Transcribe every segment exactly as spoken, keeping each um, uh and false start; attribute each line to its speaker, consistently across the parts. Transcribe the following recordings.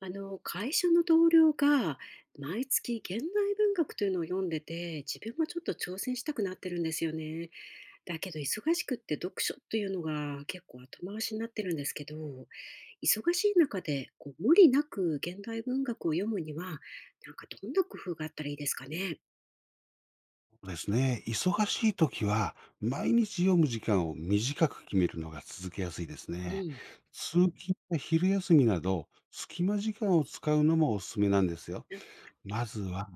Speaker 1: あの会社の同僚が毎月現代文学というのを読んでて自分もちょっと挑戦したくなってるんですよね。だけど忙しくって読書というのが結構後回しになってるんですけど、忙しい中でこう無理なく現代文学を読むにはなんかどんな工夫があったらいいですかね。
Speaker 2: そうですね。忙しい時は、毎日読む時間を短く決めるのが続けやすいです
Speaker 1: う
Speaker 2: ね。
Speaker 1: ん、
Speaker 2: 通勤や昼休みなど、隙間時間を使うのもおすすめなんですよ。
Speaker 1: な
Speaker 2: まずは、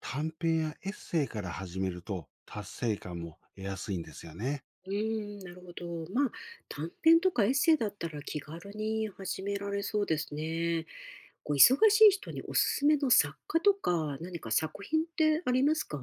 Speaker 2: 短編やエッセイから始めると、達成感も得やすいんですよね。
Speaker 1: うーん、なるほど。まあ、短編とかエッセイだったら気軽に始められそうですね。こう忙しい人におすすめの作家とか、何か作品ってありますか？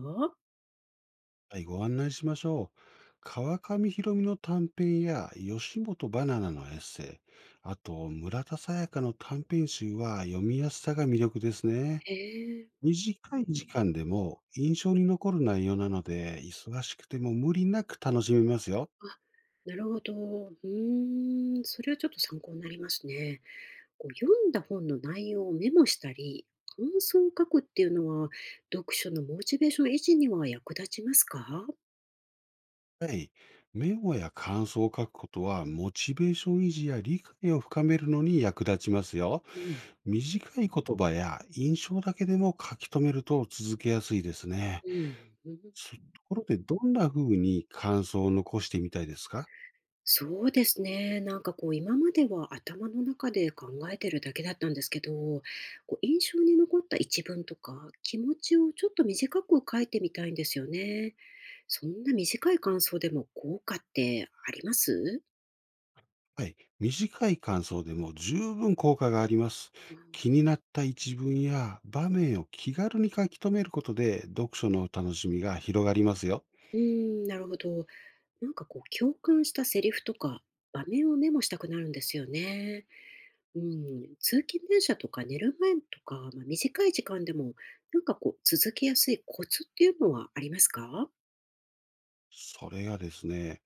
Speaker 2: はい、ご案内しましょう。川上博美の短編や吉本バナナのエッセイ、あと村田沙耶香の短編集は読みやすさが魅力ですね。
Speaker 1: へえ、
Speaker 2: 短い時間でも印象に残る内容なので、忙しくても無理なく楽しめますよ。
Speaker 1: あ、なるほど。うーん、それはちょっと参考になりますね。こう読んだ本の内容をメモしたり、感想を書くっていうのは、読書のモチベーション維持には役立ちますか？
Speaker 2: はい。メモや感想を書くことは、モチベーション維持や理解を深めるのに役立ちますよ。
Speaker 1: うん、
Speaker 2: 短い言葉や印象だけでも書き留めると続けやすいですね。
Speaker 1: うん、うん。
Speaker 2: そところで、どんな風に感想を残してみたいですか？
Speaker 1: そうですね。なんかこう今までは頭の中で考えてるだけだったんですけど、こう印象に残った一文とか気持ちをちょっと短く書いてみたいんですよね。そんな短い感想でも効果ってあります。
Speaker 2: はい、短い感想でも十分効果があります。
Speaker 1: うん、
Speaker 2: 気になった一文や場面を気軽に書き留めることで読書の楽しみが広がりますよ。
Speaker 1: うん、なるほど。なんかこう共感したセリフとか場面をメモしたくなるんですよね。うん、通勤電車とか寝る前とか、まあ、短い時間でもなんかこう続けやすいコツっていうのはありますか？
Speaker 2: それがですね、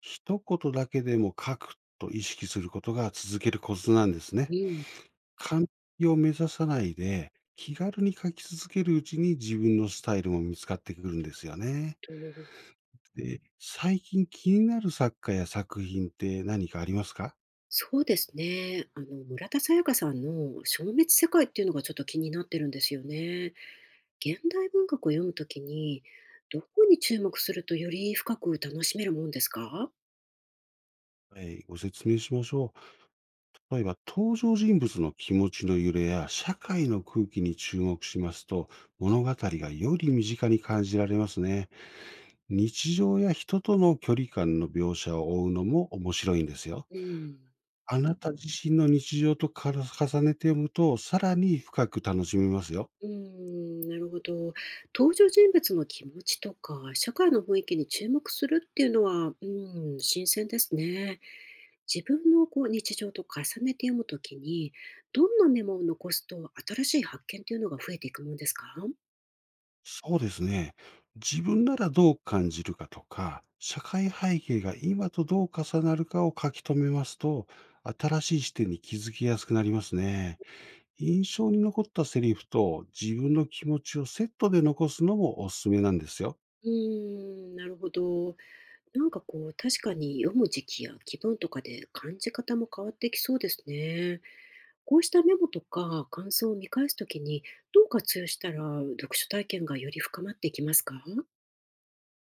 Speaker 2: 一言だけでも書くと意識することが続けるコツなんです
Speaker 1: う
Speaker 2: ね。
Speaker 1: ん、
Speaker 2: 完璧を目指さないで気軽に書き続けるうちに自分のスタイルも見つかってくるんですよね。
Speaker 1: と、
Speaker 2: で、最近気になる作家や作品って何かありますか？
Speaker 1: そうですね。あの、村田沙耶香さんの消滅世界っていうのがちょっと気になってるんですよね。現代文学を読むときに、どこに注目するとより深く楽しめるもんですか？
Speaker 2: はい、ご説明しましょう。例えば、登場人物の気持ちの揺れや社会の空気に注目しますと、物語がより身近に感じられますね。日常や人との距離感の描写を追うのも面白いんですよ。
Speaker 1: うん。
Speaker 2: あなた自身の日常とから重ねて読むと、さらに深く楽しめますよ。
Speaker 1: うん、なるほど。登場人物の気持ちとか、社会の雰囲気に注目するっていうのは、うん、新鮮ですね。自分のこう日常と重ねて読むときに、どんなメモを残すと新しい発見っていうのが増えていくもんですか？
Speaker 2: そうですね。自分ならどう感じるかとか、社会背景が今とどう重なるかを書き留めますと、新しい視点に気づきやすくなりますね。印象に残ったセリフと自分の気持ちをセットで残すのもおすすめなんですよ。
Speaker 1: うーん、なるほど。なんかこう、確かに読む時期や気分とかで感じ方も変わってきそうですね。こうしたメモとか感想を見返すときに、どう活用したら読書体験がより深まっていきますか？あ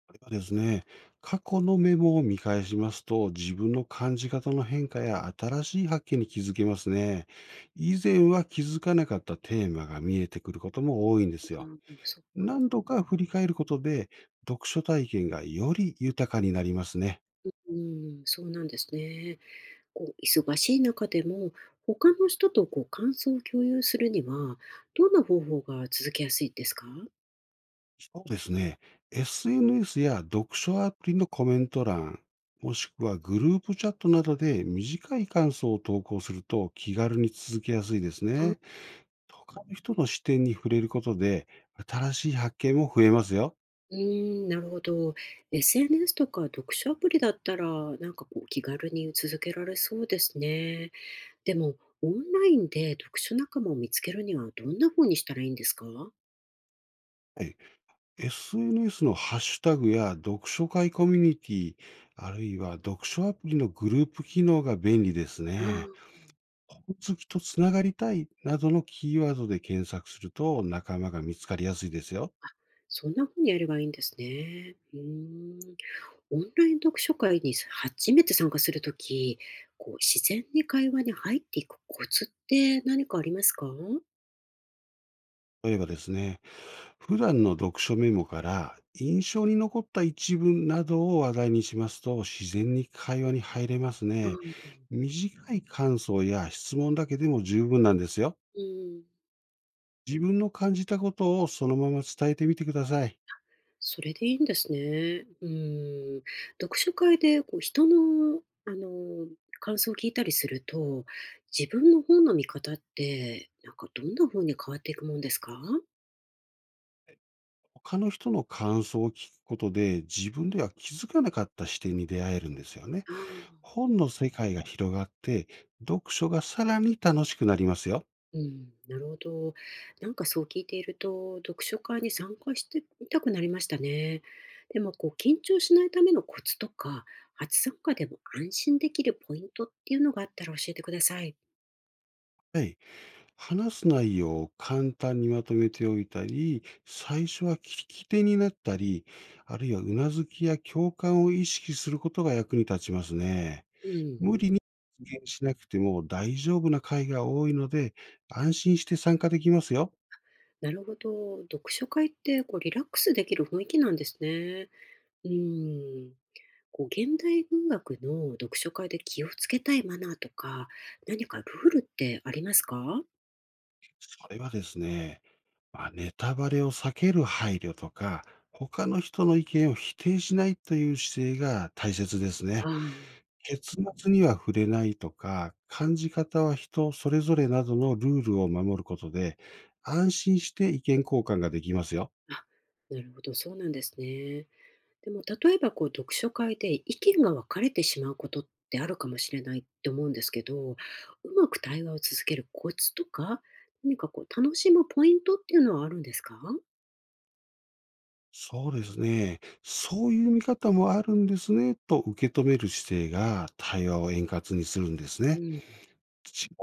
Speaker 2: これはですね、過去のメモを見返しますと、自分の感じ方の変化や新しい発見に気づけますね。以前は気づかなかったテーマが見えてくることも多いんで
Speaker 1: あ、
Speaker 2: すよ。
Speaker 1: そっか。
Speaker 2: 何度か振り返ることで、読書体験がより豊かになりますね。
Speaker 1: うん、そうなんですね。こう、忙しい中でも、他の人とこう感想を共有するには、どんな方法が続けやすいですか？
Speaker 2: そうですね。エスエヌエス や読書アプリのコメント欄、もしくはグループチャットなどで短い感想を投稿すると気軽に続けやすいです
Speaker 1: あ、
Speaker 2: ね。他の人の視点に触れることで新しい発見も増えますよ。
Speaker 1: うーん、なるほど。エスエヌエス とか読書アプリだったら、なんかこう気軽に続けられそうですね。でも、オンラインで読書仲間を見つけるにはどんな風にしたらいいんですか？
Speaker 2: はい、エスエヌエス のハッシュタグや読書会コミュニティ、あるいは読書アプリのグループ機能が便利です
Speaker 1: あ
Speaker 2: ね。
Speaker 1: あ、
Speaker 2: 本好きとつながりたいなどのキーワードで検索すると仲間が見つかりやすいですよ。
Speaker 1: そんな風にやればいいんですね。うーん。オンライン読書会に初めて参加するとき、こう自然に会話に入っていくコツって何かありますか？あ
Speaker 2: 例えばですね、普段の読書メモから印象に残った一文などを話題にしますと自然に会話に入れますね。
Speaker 1: あ、
Speaker 2: 短い感想や質問だけでも十分なんですよ。
Speaker 1: うん。
Speaker 2: 自分の感じたことをそのまま伝えてみてください。
Speaker 1: それでいいんですね。うん。読書会でこう人の、あの、感想を聞いたりすると、自分の本の見方って、なんかどんな風に変わっていくもんですか？
Speaker 2: 他の人の感想を聞くことで自分では気づかなかった視点に出会えるんですよね。
Speaker 1: ああ、
Speaker 2: 本の世界が広がって読書がさらに楽しくなりますよ。
Speaker 1: うん、なるほど。なんかそう聞いていると、読書会に参加してみたくなりましたね。でもこう緊張しないためのコツとか、初参加でも安心できるポイントっていうのがあったら教えてください。
Speaker 2: はい。話す内容を簡単にまとめておいたり、最初は聞き手になったり、あるいはうなずきや共感を意識することが役に立ちますね。
Speaker 1: う
Speaker 2: 無
Speaker 1: ん。
Speaker 2: 理に発言しなくても大丈夫な回が多いので、安心して参加できますよ。
Speaker 1: なるほど。読書会ってこうリラックスできる雰囲気なんですね。うん。こう現代文学の読書会で気をつけたいマナーとか、何かルールってありますか？
Speaker 2: それはですね、まあ、ネタバレを避ける配慮とか、他の人の意見を否定しないという姿勢が大切です
Speaker 1: あ
Speaker 2: ね。
Speaker 1: あ、
Speaker 2: 結末には触れないとか、感じ方は人それぞれなどのルールを守ることで、安心して意見交換ができますよ。
Speaker 1: あ、なるほど、そうなんですね。でも例えばこう読書会で意見が分かれてしまうことってあるかもしれないって思うんですけど、うまく対話を続けるコツとか、何かこう楽しむポイントっていうのはあるんですか？
Speaker 2: そうですね。そういう見方もあるんですね、と受け止める姿勢が対話を円滑にするんです
Speaker 1: う
Speaker 2: ね。
Speaker 1: ん。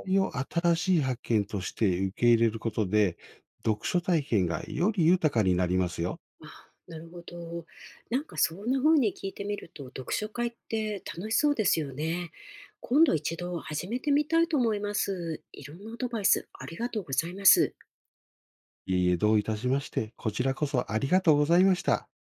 Speaker 2: 違いを新しい発見として受け入れることで、読書体験がより豊かになりますよ。
Speaker 1: あ、なるほど。なんかそんな風に聞いてみると、読書会って楽しそうですよね。今度一度始めてみたいと思います。いろんなアドバイスありがとうございます。
Speaker 2: いえいえ、どういたしまして、こちらこそありがとうございました。